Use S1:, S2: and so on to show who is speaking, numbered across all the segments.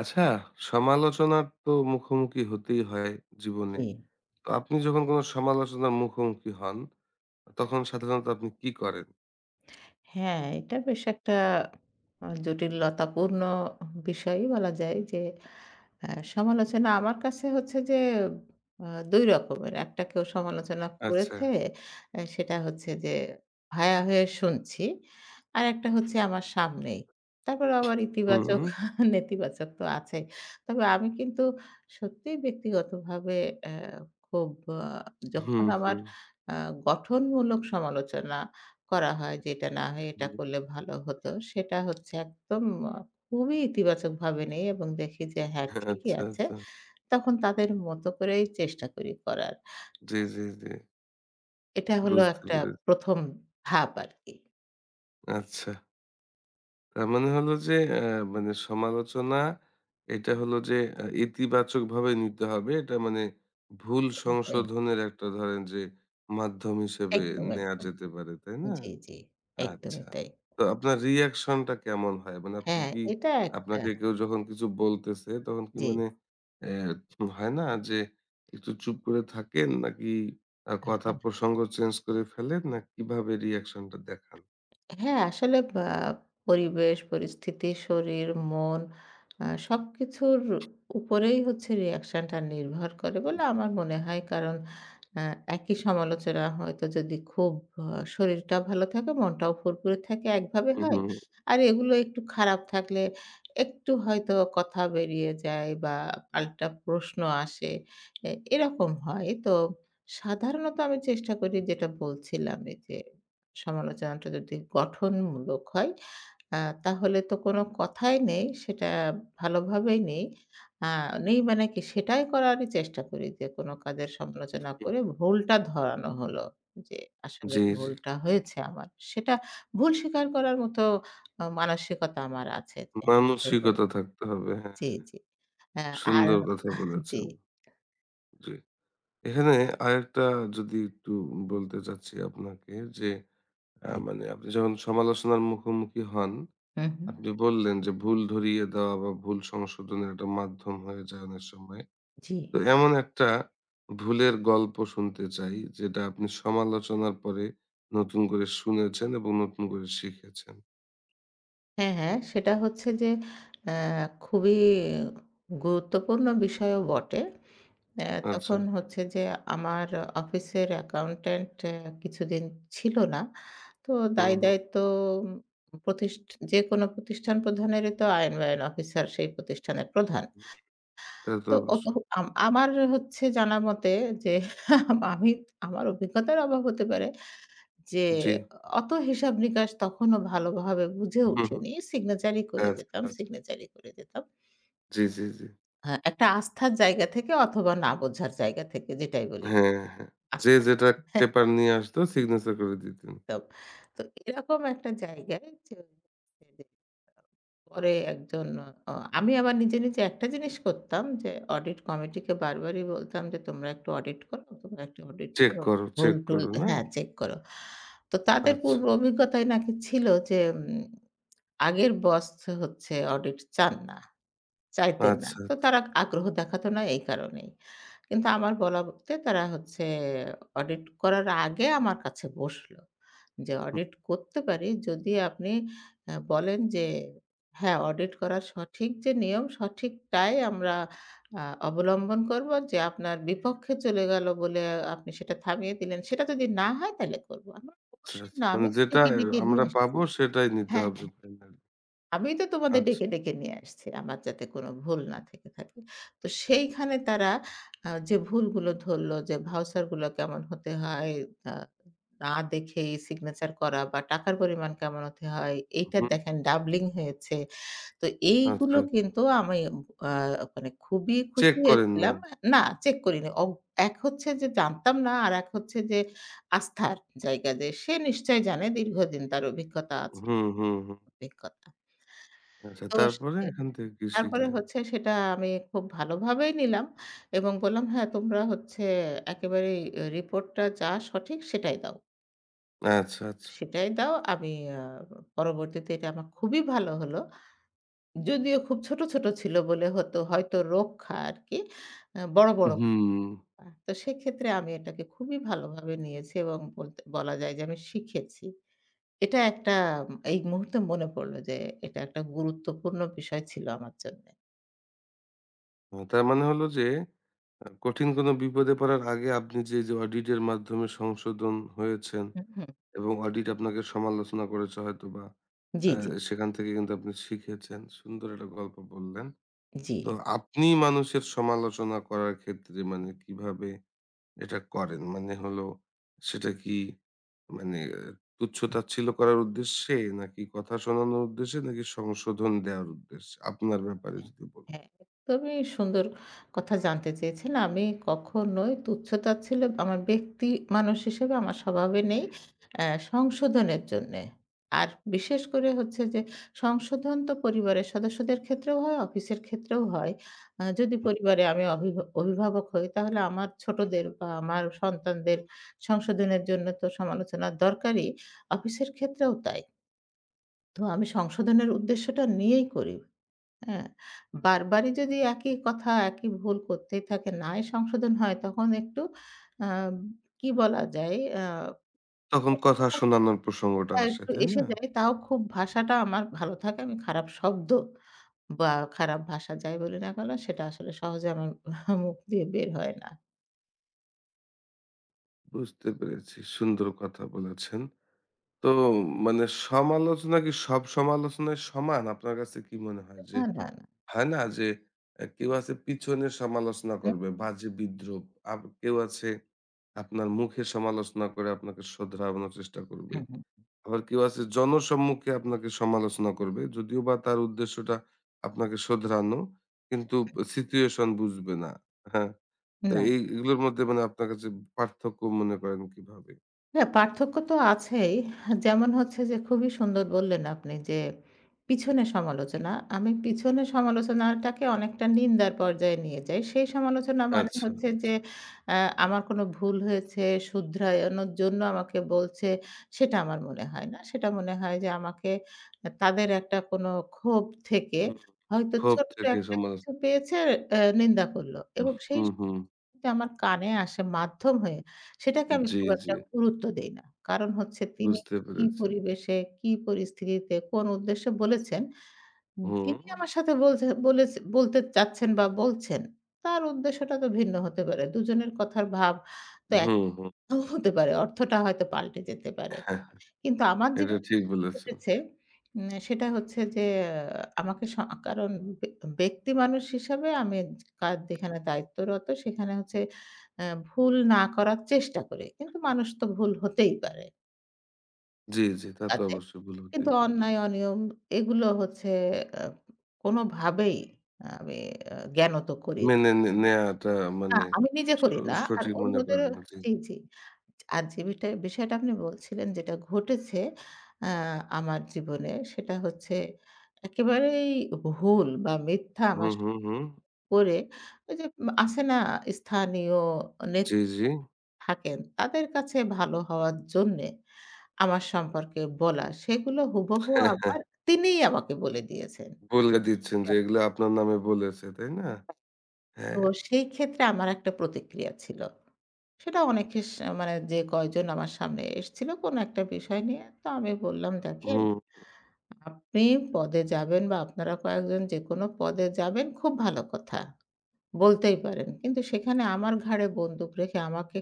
S1: আচ্ছা, সমালোচনার তো মুখোমুখি হতেই হয় জীবনে।
S2: জি।
S1: তো আপনি যখন কোন সমালোচনার মুখোমুখি হন, তখন সাধারণত আপনি কি করেন?
S2: হ্যাঁ, এটা বেশ একটা জটিলতাপূর্ণ বিষয়ই বলা যায় যে, আ সমালোচনা আমার কাছে হচ্ছে যে আ ২ রকমের। একটা কেউ সমালোচনা
S1: আচ্ছা।
S2: করেছে, সেটা হচ্ছে যে ভায়া হয়ে শুনছি। আরেকটা হচ্ছে আমার সামনেই। তারপরে আবার
S1: হুম,
S2: ইতিবাচক, নেতিবাচক তো আছেই। তবে আমি কিন্তু সত্যিই ব্যক্তিগতভাবে অ্যা খুব আ যখন
S1: হুম,
S2: আমার
S1: হুম,
S2: আ গঠনমূলক সমালোচনা করা হয় যে, "এটা না হয়ে এটা
S1: হুম।
S2: করলে ভালো হতো।" সেটা হচ্ছে একদম আ খুবই ইতিবাচকভাবে নেই এবং দেখি যে হ্যাঁ, ঠিকই
S1: আচ্ছা,
S2: আছে।
S1: আচ্ছা।
S2: তখন তাদের মতো করেই চেষ্টা করি করার।
S1: জি, জি, জি।
S2: এটা হলো
S1: বুঝতে
S2: একটা
S1: পেরেছি।
S2: ১ম ধাপ আরকি।
S1: আচ্ছা। তার মানে হলো যে মানে সমালোচনা এটা হলো যে ইতিবাচকভাবে নিতে হবে। এটা মানে ভুল
S2: ওকে।
S1: সংশোধনের একটা ধরেন যে মাধ্যম হিসেবে
S2: একদম,
S1: নেয়া
S2: একদম।
S1: যেতে পারে, তাই না?
S2: জি, জি। একদমই
S1: আচ্ছা।
S2: তাই।
S1: তো আপনার reaction টা কেমন হয়? মানে আপনি
S2: হ্যাঁ,
S1: কি
S2: এটা একটা
S1: আপনাকে কেউ যখন কিছু বলতেছে তখন কি
S2: জি।
S1: মানে হয় না যে একটু চুপ করে থাকেন নাকি কথা
S2: হ্যাঁ।
S1: প্রসঙ্গ চেঞ্জ করে ফেলেন না কিভাবে reaction টা দেখান?
S2: হ্যাঁ, আসলে বা পরিবেশ, পরিস্থিতি, শরীর, মন সবকিছুর উপরেই হচ্ছে রিঅ্যাকশনটা নির্ভর করে বলে আমার মনে হয়। কারণ আ একই সমালোচনা হয়তো যদি খুব আ শরীরটাও ভালো থাকে, মনটাও ফুরফুরে থাকে একভাবে
S1: হুম,
S2: হয়।
S1: হুম,
S2: আর এগুলো একটু খারাপ থাকলে একটু হয়তো কথা বেরিয়ে যায় বা পাল্টা প্রশ্ন আসে। এরকম হয়। তো সাধারণত আমি চেষ্টা করি যেটা বলছিলাম এই যে সমালোচনাটা যদি গঠনমূলক হয়, আ তাহলে তো কোনো কথাই নেই। সেটা ভালোভাবেই নেই। আ নেই মানে কি সেটাই করারই চেষ্টা করি যে কোনো কাজের সমালোচনা
S1: হুম।
S2: করে ভুলটা ধরানো হলো। যে আসলে
S1: জি, জি।
S2: ভুলটা হয়েছে আমার। সেটা ভুল স্বীকার করার মতো মানসিকতা আমার আছে। যে হ্যাঁ, ভুল হয়ে
S1: মানসিকতা থাকতে হবে। হ্যাঁ,
S2: জি, জি। আ আর
S1: সুন্দর কথা
S2: জি,
S1: বলেছেন। জি। এখানে আরেকটা যদি একটু বলতে চাচ্ছি আপনাকে যে
S2: জি।
S1: মানে আপনি যখন সমালোচনার মুখোমুখি হন
S2: হু, হু।
S1: আপনি বললেন যে ভুল ধরিয়ে দেওয়া বা ভুল সংশোধনের একটা মাধ্যম হয়ে যায় অনেক সময়।
S2: জি।
S1: তো এমন একটা ভুলের গল্প শুনতে চাই যেটা আপনি সমালোচনার পরে নতুন করে শুনেছেন এবং নতুন করে শিখেছেন।
S2: হ্যাঁ, হ্যাঁ। সেটা হচ্ছে যে অ্যা খুবই গুরুত্বপূর্ণ বিষয়ও বটে।
S1: আচ্ছা।
S2: তখন হচ্ছে যে আমার অফিসের অ্যাকাউন্ট্যান্ট কিছুদিন ছিল না। তো
S1: হুম, হুম,
S2: দায়-দায়িত্ব যেকোনো প্রতিষ্ঠান প্রধানেরই তো আইন-বাইন অফিসার সেই প্রতিষ্ঠানের প্রধান।
S1: হুম। তা তো
S2: তো অত
S1: অবশ্যই।
S2: আমার হচ্ছে জানা মতে যে আমি আমার অভিজ্ঞতার অভাব হতে পারে। যে
S1: জি।
S2: অত হিসাব নিকাশ তখনও ভালোভাবে বুঝে
S1: হুম, হুম।
S2: উঠিনি। সিগনেচারই করে
S1: আচ্ছা,
S2: যেতাম,
S1: আচ্ছা।
S2: সিগনেচারই করে যেতাম।
S1: জি, জি, জি।
S2: হ্যাঁ, একটা আস্থার জায়গা থেকে অথবা না বোঝার জায়গা থেকে যেটাই বলি।
S1: হ্যাঁ, হ্যাঁ। যে
S2: আস্থা
S1: যেটা পেপার নিয়ে আসতো সিগনেচার করে দিতেন।
S2: একদম। তো এরকম একটা জায়গায় যে ওই যে পরে একজন অ আমি আবার নিজে, নিজে একটা জিনিস করতাম যে অডিট কমিটিকে বারবারই বলতাম যে তোমরা একটু অডিট করো, তোমরা একটু অডিট
S1: চেক
S2: করো।
S1: করো, চেক
S2: ভুল-টুল
S1: করো না?
S2: হ্যাঁ, চেক করো। তো তাদের
S1: আচ্ছা,
S2: পূর্ব অভিজ্ঞতায় নাকি ছিল যে আগের বস হচ্ছে অডিট চান না। চাইতেন না।
S1: আচ্ছা,
S2: তো তারা আগ্রহ দেখাতো না এই কারণেই। কিন্তু আমার বলাতে তারা হচ্ছে অডিট করার আগে আমার কাছে বসলো। যে
S1: আচ্ছা।
S2: অডিট করতে পারি যদি আপনি বলেন যে হ্যাঁ, অডিট করার সঠিক যে নিয়ম সঠিকটাই আমরা আ অবলম্বন করব। যে আপনার বিপক্ষে চলে গেল বলে আপনি সেটা থামিয়ে দিলেন। সেটা যদি না হয় তাহলে করব। আমি
S1: আচ্ছা,
S2: অবশ্যই
S1: আচ্ছা।
S2: না
S1: মানে
S2: আমি
S1: যেটা
S2: দেখে, দেখে নিয়ে
S1: আমরা
S2: আসছি।
S1: পাবো সেটাই নিতে
S2: হ্যাঁ।
S1: হবে ফাইনালি।
S2: আমি তো তোমাদের
S1: আচ্ছা।
S2: ডেকে, ডেকে নিয়ে আসছি। আমার যাতে কোনো ভুল না থেকে থাকে। তো সেইখানে তারা যে ভুলগুলো ধরল যে ভাউচার গুলো কেমন হতে হয়, আ না দেখেই সিগনেচার করা বা টাকার পরিমাণ কেমন হতে হয়, এইটা
S1: হুম।
S2: দেখেন ডাবলিং হয়েছে। তো
S1: আচ্ছা,
S2: এইগুলো
S1: আচ্ছা।
S2: কিন্তু আমি আ মানে খুবই
S1: চেক
S2: খুশি
S1: করেন নাই।
S2: হয়েছিলাম। না চেক করিনি। এক হচ্ছে যে জানতাম না, আরেক হচ্ছে যে আস্থার জায়গা যে সে নিশ্চয়ই জানে দীর্ঘদিন তার অভিজ্ঞতা আছে,
S1: হুম, হুম, হুম।
S2: অভিজ্ঞতা।
S1: আচ্ছা
S2: তো
S1: তারপরে
S2: সে
S1: এখান থেকে কি
S2: তারপরে
S1: শিখলেন?
S2: হচ্ছে সেটা আমি খুব ভালোভাবেই নিলাম এবং বললাম, "হ্যাঁ, তোমরা হচ্ছে একেবারেই এ রিপোর্টটা যা সঠিক সেটাই দাও।
S1: আচ্ছা, আচ্ছা।
S2: সেটাই দাও।" আমি আ পরবর্তীতে এটা আমার খুবই ভালো হলো। যদিও খুব ছোট, ছোট ছিল বলে হতো হয়তো রক্ষা আরকি। বড়, বড়
S1: হুম।
S2: কথা। তো সেক্ষেত্রে আমি এটাকে খুবই ভালোভাবে নিয়েছি এবং বলতে বলা যায় যে আমি শিখেছি। এটা একটা এই মুহূর্তে মনে পড়ল যে এটা একটা গুরুত্বপূর্ণ বিষয় ছিল আমার জন্যে।
S1: তার মানে হলো যে কঠিন কোনো বিপদে পড়ার আগে আপনি যে অডিট এর মাধ্যমে সংশোধন হয়েছেন
S2: হুম, হুম।
S1: এবং অডিট আপনাকে সমালোচনা করেছে হয়তোবা
S2: জি,
S1: আ
S2: জি,
S1: সেখান থেকে কিন্তু আপনি শিখেছেন। সুন্দর একটা গল্প বললেন।
S2: জি।
S1: তো আপনি মানুষের সমালোচনা করার ক্ষেত্রে মানে কিভাবে এটা করেন? মানে হলো সেটা কি মানে তুচ্ছ-তাচ্ছিল্য করার উদ্দেশ্যে? নাকি কথা শোনানোর উদ্দেশ্যে? নাকি সংশোধন দেওয়ার উদ্দেশ্যে? আপনার ব্যাপারে যদি বলেন।
S2: হ্যাঁ, একদমই সুন্দর কথা জানতে চেয়েছেন। আমি কখনোই তুচ্ছ-তাচ্ছিল্য আমার ব্যক্তি মানুষ হিসেবে আমার স্বভাবে নেই।
S1: হুম,
S2: অ্যা সংশোধনের জন্যে। আর বিশেষ করে হচ্ছে যে সংশোধন তো পরিবারের সদস্যদের ক্ষেত্রেও হয়, অফিসের ক্ষেত্রেও হয়। যদি
S1: হুম।
S2: পরিবারে আমি অভিভাবক হই তাহলে আমার ছোটদের বা আমার সন্তানদের সংশোধনের জন্য তো সমালোচনার দরকারই। অফিসের ক্ষেত্রেও তাই। তো আমি সংশোধনের উদ্দেশ্যটা নিয়েই করি। হ্যাঁ, বারবারই যদি একই কথা, একই ভুল করতেই থাকেন, নাই সংশোধন হয়, তখন একটু আ কি বলা যায়?
S1: তখন কথা
S2: একটু
S1: শোনানোর প্রসঙ্গটা আসে,
S2: একটু
S1: তাই
S2: এসে
S1: না?
S2: যায়, তাও খুব ভাষাটা আমার ভালো থাকে। আমি খারাপ শব্দ বা খারাপ ভাষা যাই বলি না কেন, সেটা আসলে সহজে আমার মুখ দিয়ে বের হয় না।
S1: বুঝতে পেরেছি। সুন্দর কথা বলেছেন। তো মানে সমালোচনা কি সব সমালোচনায় সমান? আপনার কাছে কি মনে হয় যে
S2: না, না, না।
S1: হয় না যে কেউ আছে পিছনের সমালোচনা
S2: হুম,
S1: করবে, বাজে বিদ্রূপ। আব কেউ আছে আপনার মুখে সমালোচনা করে আপনাকে শোধরানোর চেষ্টা করবে।
S2: হুম, হুম।
S1: আবার কেউ আছে জনসম্মুখে আপনাকে সমালোচনা করবে। যদিও বা তার উদ্দেশ্যটা আপনাকে শোধরানো, কিন্তু সিচুয়েশন বুঝবে না। হ্যাঁ? তো
S2: না।
S1: এই এগুলোর মধ্যে মানে আপনার কাছে পার্থক্য মনে করেন কিভাবে?
S2: হ্যাঁ, পার্থক্য তো আছেই। যেমন হচ্ছে যে খুবই সুন্দর বললেন আপনি যে, পিছনে সমালোচনা। আমি পিছনে সমালোচনাটাকে অনেকটা নিন্দার পর্যায়ে নিয়ে যাই। সেই সমালোচনা মানে
S1: আচ্ছা,
S2: হচ্ছে যে
S1: আচ্ছা।
S2: অ্যা আমার কোনো ভুল হয়েছে, শুধরানোর জন্য আমাকে বলছে, সেটা আমার মনে হয় না। সেটা মনে হয় যে আমাকে তাদের একটা কোনো ক্ষোভ থেকে
S1: হুম।
S2: হয়তো
S1: ক্ষোভ
S2: ছোট্ট
S1: থেকে
S2: একটা
S1: সমালোচনা।
S2: কিছু পেয়েছে নিন্দা করল এবং সেই
S1: হুম, হুম।
S2: এটা আমার কানে আসে মাধ্যম হয়ে, সেটাকে আমি
S1: জি,
S2: খুব
S1: জি।
S2: একটা গুরুত্ব দেই না। কারণ হচ্ছে তিনি
S1: বুঝতে
S2: কি
S1: পেরেছি।
S2: পরিবেশে, কি পরিস্থিতিতে, কোন উদ্দেশ্যে বলেছেন,
S1: হুম,
S2: যিনি আমার সাথে বলছে বলেছে বলতে চাচ্ছেন বা বলছেন, তার উদ্দেশ্যটা তো ভিন্ন হতে পারে। দুজনের কথার ভাব তো
S1: হুম, হুম।
S2: একটাও হতে পারে। অর্থটা হয়তো পাল্টে যেতে পারে।
S1: হ্যাঁ।
S2: কিন্তু আমার
S1: এটা
S2: জীবনে
S1: ঠিক বলেছেন।
S2: ঘটেছে সেটা হচ্ছে যে আমাকে কারণ বে ব্যক্তি মানুষ হিসাবে আমি কাজ যেখানে দায়িত্বরত সেখানে হচ্ছে ভুল না করার চেষ্টা করি। কিন্তু মানুষ তো ভুল হতেই পারে
S1: জি, জি। তা তো
S2: কাজে।
S1: অবশ্যই ভুল
S2: কিন্তু
S1: হতেই পারে।
S2: অন্যায়, অনিয়ম এগুলো হচ্ছে আ কোনোভাবেই আমি জ্ঞানত করি
S1: মেনে নে নেয়াটা
S2: না,
S1: মানে
S2: আমি নিজে
S1: স
S2: করি না। আর
S1: সঠিক মনে করেন
S2: অন্যদেরও
S1: না। জি।
S2: জি, জি। আর যে বিষয়টা আপনি বলছিলেন যেটা ঘটেছে আ আমার জীবনে সেটা হচ্ছে একেবারেই ভুল বা মিথ্যা
S1: হুম,
S2: আমার
S1: হুম, হুম।
S2: করে ওই যে আছে না স্থানীয়
S1: জি,
S2: নেত্রী
S1: জি।
S2: থাকেন তাদের কাছে ভালো হওয়ার জন্যে আমার সম্পর্কে বলা সেগুলো হুবহু আবার তিনিই আমাকে বলে দিয়েছেন।
S1: বলে দিচ্ছেন যে এগুলো আপনার নামে বলেছে, তাই না?
S2: তো
S1: হ্যাঁ।
S2: সেই ক্ষেত্রে আমার একটা প্রতিক্রিয়া ছিল। সেটা অনেকের মানে যে কয়জন আমার সামনে এসছিল কোনো একটা বিষয় নিয়ে। তো আমি বললাম, "দেখেন
S1: হুম।
S2: আপনি পদে যাবেন বা আপনারা কয়েকজন যেকোনো পদে যাবেন খুব ভালো কথা। বলতেই পারেন। কিন্তু সেখানে আমার ঘাড়ে বন্দুক রেখে আমাকে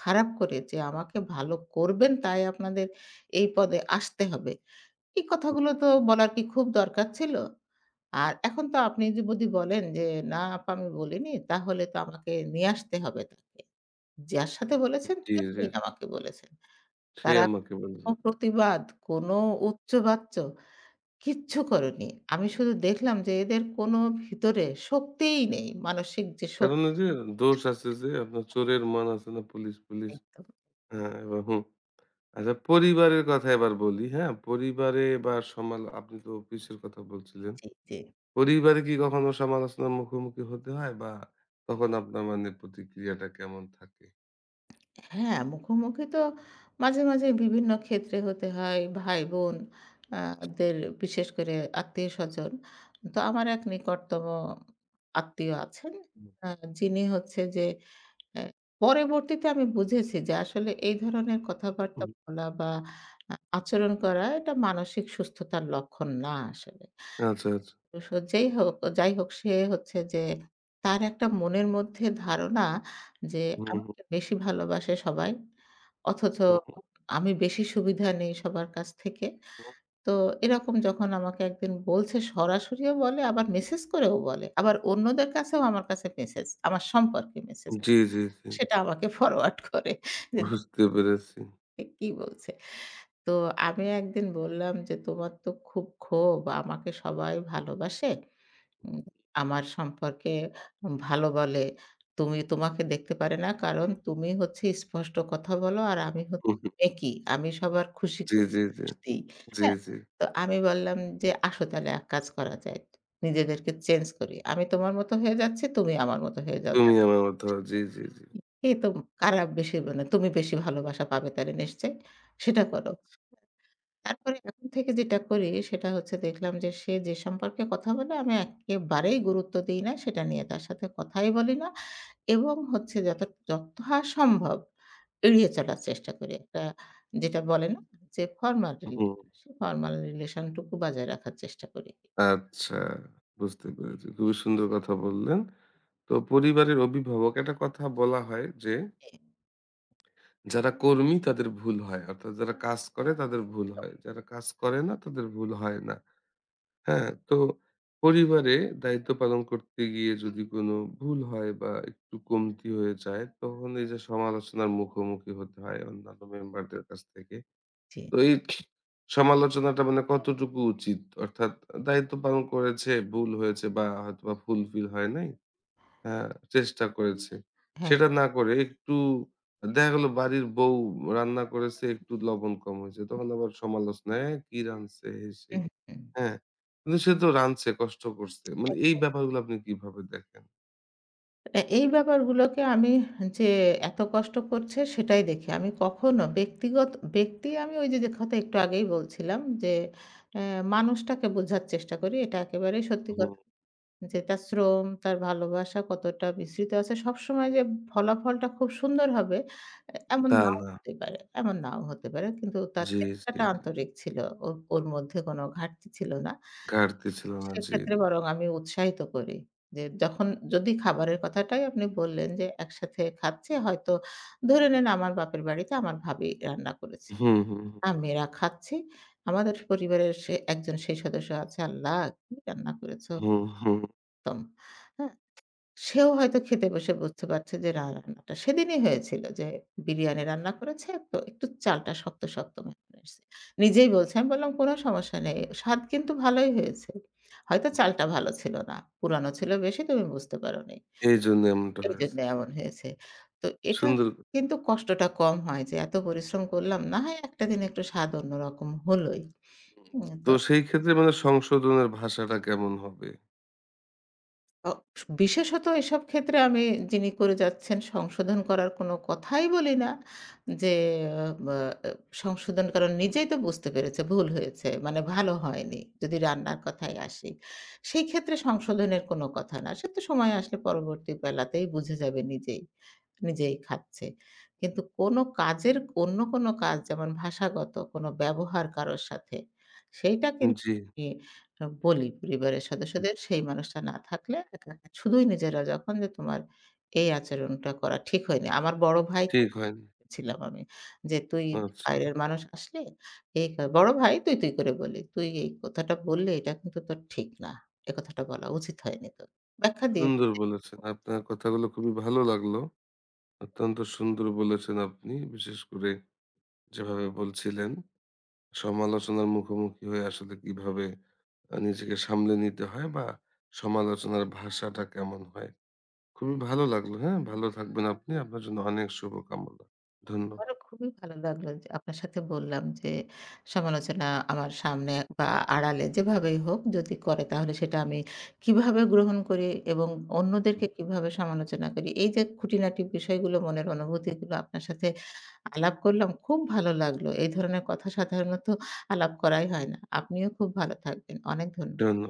S2: খারাপ করে যে আমাকে ভালো করবেন তাই আপনাদের এই পদে আসতে হবে।" এই কথাগুলো তো বলার কি খুব দরকার ছিল? আর এখন তো আপনি যদি বলেন যে, "না আপা আমি বলিনি" তাহলে তো আমাকে নিয়ে আসতে হবে তাকে। যার সাথে বলেছেন
S1: জি, জি।
S2: তিনি আমাকে বলেছেন।
S1: সে
S2: তারা
S1: আমাকে বলেছে।
S2: কোনো প্রতিবাদ, কোনো উচ্চবাচ্য কিচ্ছু করেনি। আমি শুধু দেখলাম যে এদের কোনো ভিতরে শক্তিই নেই। মানসিক যে
S1: কারণ
S2: শক্তি
S1: ওই যে দোষ আছে যে আপনার চোরের মন আছে না পুলিশ, পুলিশ।
S2: একদম
S1: হ্যাঁ, এবার হুম। আচ্ছা পরিবারের কথা এবার বলি, হ্যাঁ? পরিবারে বা সমাল আপনি তো অফিসের কথা বলছিলেন।
S2: জি, জি।
S1: পরিবারে কি কখনো সমালোচনার মুখোমুখি হতে হয়? বা তখন আপনার মানে প্রতিক্রিয়াটা কেমন থাকে?
S2: হ্যাঁ, মুখোমুখি তো মাঝে, মাঝে বিভিন্ন ক্ষেত্রে হতে হয়। ভাই-বোন আ দের বিশেষ করে আত্মীয়স্বজন। তো আমার এক নিকটতম আত্মীয় আছেন।
S1: হুম।
S2: আ যিনি হচ্ছে যে অ্যা পরবর্তীতে আমি বুঝেছি যে আসলে এই ধরনের কথাবার্তা
S1: হুম,
S2: বলা বা আচরণ করা এটা মানসিক সুস্থতার লক্ষণ না আসলে।
S1: আচ্ছা, আচ্ছা।
S2: সো যেই হোক যাই হোক সে হচ্ছে যে তার একটা মনের মধ্যে ধারণা যে
S1: হুম, হুম,
S2: আমাকে বেশি ভালোবাসে সবাই। অথচ
S1: হুম, হুম,
S2: আমি বেশি সুবিধা নেই সবার কাছ থেকে।
S1: হুম।
S2: তো এরকম যখন আমাকে একদিন বলছে সরাসরিও বলে আবার মেসেজ করেও বলে। আবার অন্যদের কাছেও আমার কাছে মেসেজ, আমার সম্পর্কে মেসেজ।
S1: জি, জি, জি।
S2: সেটা আমাকে ফরওয়ার্ড করে যে
S1: বুঝতে পেরেছি।
S2: দেখে কি বলছে। তো আমি একদিন বললাম যে, "তোমার তো খুব ক্ষোভ। আমাকে সবাই ভালোবাসে।" উম আমার সম্পর্কে ভালো বলে। তুমি তোমাকে দেখতে পারে না। কারণ তুমি হচ্ছে স্পষ্ট কথা বলো আর আমি হচ্ছি
S1: হুম, হুম।
S2: মেকি। আমি সবার খুশি
S1: জি,
S2: করি
S1: জি, জি।
S2: দিই।
S1: জি,
S2: হ্যাঁ?
S1: জি।
S2: তো আমি বললাম যে, "আসো তাহলে এক কাজ করা যায়। নিজেদেরকে চেঞ্জ করি। আমি তোমার মতো হয়ে যাচ্ছি, তুমি আমার মতো হয়ে যাও।
S1: তুমি আমার মতো। জি, জি, জি।
S2: কে তো কারা বেশি মানে তুমি বেশি ভালোবাসা পাবে তাহলে নিশ্চয়ই। সেটা করো।" তারপরে এখন থেকে যেটা করি সেটা হচ্ছে দেখলাম যে সে যে সম্পর্কে কথা বলে আমি একেবারেই গুরুত্ব দেই না। সেটা নিয়ে তার সাথে কথাই বলি না এবং হচ্ছে যত যথা সম্ভব এড়িয়ে চলার চেষ্টা করি। একটা যেটা বলে না যে ফর্মাল রিলেশন,
S1: হুম,
S2: সে ফর্মাল রিলেশন টুকু বজায় রাখার চেষ্টা করি।
S1: আচ্ছা। বুঝতে পেরেছি। খুবই সুন্দর কথা বললেন। তো পরিবারের অভিভাবক একটা কথা বলা হয় যে, যারা কর্মী তাদের ভুল হয়। অর্থাৎ যারা কাজ করে তাদের ভুল হয়। যারা কাজ করে না তাদের ভুল হয় না। হ্যাঁ, তো পরিবারে দায়িত্ব পালন করতে গিয়ে যদি কোনো ভুল হয় বা একটু কমতি হয়ে যায়, তখন এই যে সমালোচনার মুখোমুখি হতে হয় অন্যান্য মেম্বারদের কাছ থেকে।
S2: জি,
S1: তো এই সমালোচনাটা মানে কতটুকু উচিত? অর্থাৎ দায়িত্ব পালন করেছে, ভুল হয়েছে বা হয়তোবা ফুলফিল হয় নাই। হ্যাঁ, চেষ্টা করেছে।
S2: হ্যাঁ,
S1: সেটা না করে একটু দেখা গেল বাড়ির বউ রান্না করেছে, একটু লবণ কম হয়েছে। তখন আবার সমালোচনা, "এ কি রাঁধছে?" এই সেই।
S2: হুম, হুম।
S1: হ্যাঁ, কিন্তু সে তো রাঁধছে, কষ্ট করছে। মানে এই ব্যাপারগুলো আপনি কিভাবে দেখেন?
S2: এই ব্যাপারগুলোকে আমি যে এত কষ্ট করছে সেটাই দেখি। আমি কখনো ব্যক্তিগত ব্যক্তি আমি ওই যে, যে কথা একটু আগেই বলছিলাম যে, অ্যা মানুষটাকে বোঝার চেষ্টা করি। এটা একেবারেই সত্যি
S1: হুম,
S2: কথা যে, তার শ্রম, তার ভালোবাসা কতটা মিশ্রিত আছে। সবসময় যে ফলাফলটা খুব সুন্দর হবে এমন
S1: তা
S2: নাও
S1: না।
S2: হতে পারে, এমন নাও হতে পারে। কিন্তু তার
S1: জি, জি,
S2: চেষ্টাটা
S1: জি।
S2: আন্তরিক ছিল। ওর, ওর মধ্যে কোনো ঘাটতি ছিল না।
S1: ঘাটতি ছিল না। জি,
S2: সেক্ষেত্রে
S1: জি।
S2: বরং আমি উৎসাহিত করি। যে যখন যদি খাবারের কথাটাই আপনি বললেন যে একসাথে খাচ্ছে হয়তো ধরে নেন আমার বাপের বাড়িতে আমার ভাবি রান্না করেছে।
S1: হুম, হুম,
S2: আমিরা খাচ্ছি। আমাদের পরিবারের সে একজন সেই সদস্য আছে, "আল্লাহ! কি রান্না করেছো?
S1: হুম, হুম,
S2: উত্তম।" হ্যাঁ? সেও হয়তো খেতে বসে বুঝতে পারছে যে রান্নাটা সেদিনই হয়েছিল যে বিরিয়ানি রান্না করেছে তো একটু চালটা শক্ত, শক্ত মাখানো হয়েছে। নিজেই বলছে, আমি বললাম, "কোনো সমস্যা নেই। স্বাদ কিন্তু ভালোই হয়েছে। হয়তো চালটা ভালো ছিল না। পুরানো ছিল বেশি তুমি বুঝতে পারোনি।
S1: এইজন্য এমনটা হয়েছে।
S2: এইজন্য এমন
S1: জি,
S2: হয়েছে।" তো এটা
S1: সুন্দর।
S2: কিন্তু কষ্টটা কম হয় যে এত পরিশ্রম করলাম। না হয় একটা দিন একটু স্বাদ অন্যরকম হলোই। উম
S1: তো সেই ক্ষেত্রে মানে সংশোধনের ভাষাটা কেমন হবে?
S2: অ বিশেষত এসব ক্ষেত্রে আমি যিনি করে যাচ্ছেন সংশোধন করার কোনো কথাই বলি না। যে আহ, বা আ সংশোধন কারণ নিজেই তো বুঝতে পেরেছে ভুল হয়েছে। মানে ভালো হয়নি। যদি রান্নার কথায় আসি। সেই ক্ষেত্রে সংশোধনের কোনো কথা না। সে তো সময় আসলে পরবর্তী বেলাতেই বুঝে যাবে নিজেই। নিজেই খাচ্ছে। কিন্তু কোনো কাজের অন্য কোনো কাজ যেমন ভাষাগত কোনো ব্যবহার কারোর সাথে, সেইটা কিন্তু
S1: জি,
S2: আমি বলি পরিবারের সদস্যদের, সেই মানুষটা না থাকলে একা, একা শুধুই নিজেরা যখন যে তোমার এই আচরণটা করা ঠিক হয়নি। আমার বড় ভাইকে
S1: ঠিক হয়নি।
S2: বলেছিলাম আমি যে, "তুই
S1: আচ্ছা,
S2: বাইরের মানুষ আসলে এই কা" বড় ভাই তুই, তুই করে বলি। "তুই এই কথাটা বললি এটা কিন্তু তোর ঠিক না। এ কথাটা বলা উচিত হয়নি তোর।" ব্যাখ্যা দিয়েছি
S1: সুন্দর
S2: যে
S1: বলেছেন। আপনার কথাগুলো খুবই ভালো লাগলো। অত্যন্ত সুন্দর বলেছেন আপনি। বিশেষ করে যেভাবে বলছিলেন, সমালোচনার মুখোমুখি হয়ে আসলে কিভাবে নিজেকে সামলে নিতে হয় বা সমালোচনার ভাষাটা কেমন হয়। খুবই ভালো লাগলো, হ্যাঁ? ভালো থাকবেন আপনি। আপনার জন্য অনেক শুভকামনা। ধন্যবাদ।
S2: আমারও খুবই ভালো লাগলো যে আপনার সাথে বললাম যে সমালোচনা আমার সামনে বা আড়ালে যেভাবেই হোক যদি করে তাহলে সেটা আমি কিভাবে গ্রহণ করি এবং
S1: হুম।
S2: অন্যদেরকে কিভাবে সমালোচনা করি। এই যে খুঁটিনাটি বিষয়গুলো মনের অনুভূতিগুলো আপনার সাথে আলাপ করলাম খুব ভালো লাগলো। এই ধরনের কথা সাধারণত আলাপ করাই হয় না। আপনিও খুব ভালো থাকবেন। অনেক ধন্য
S1: ধন্য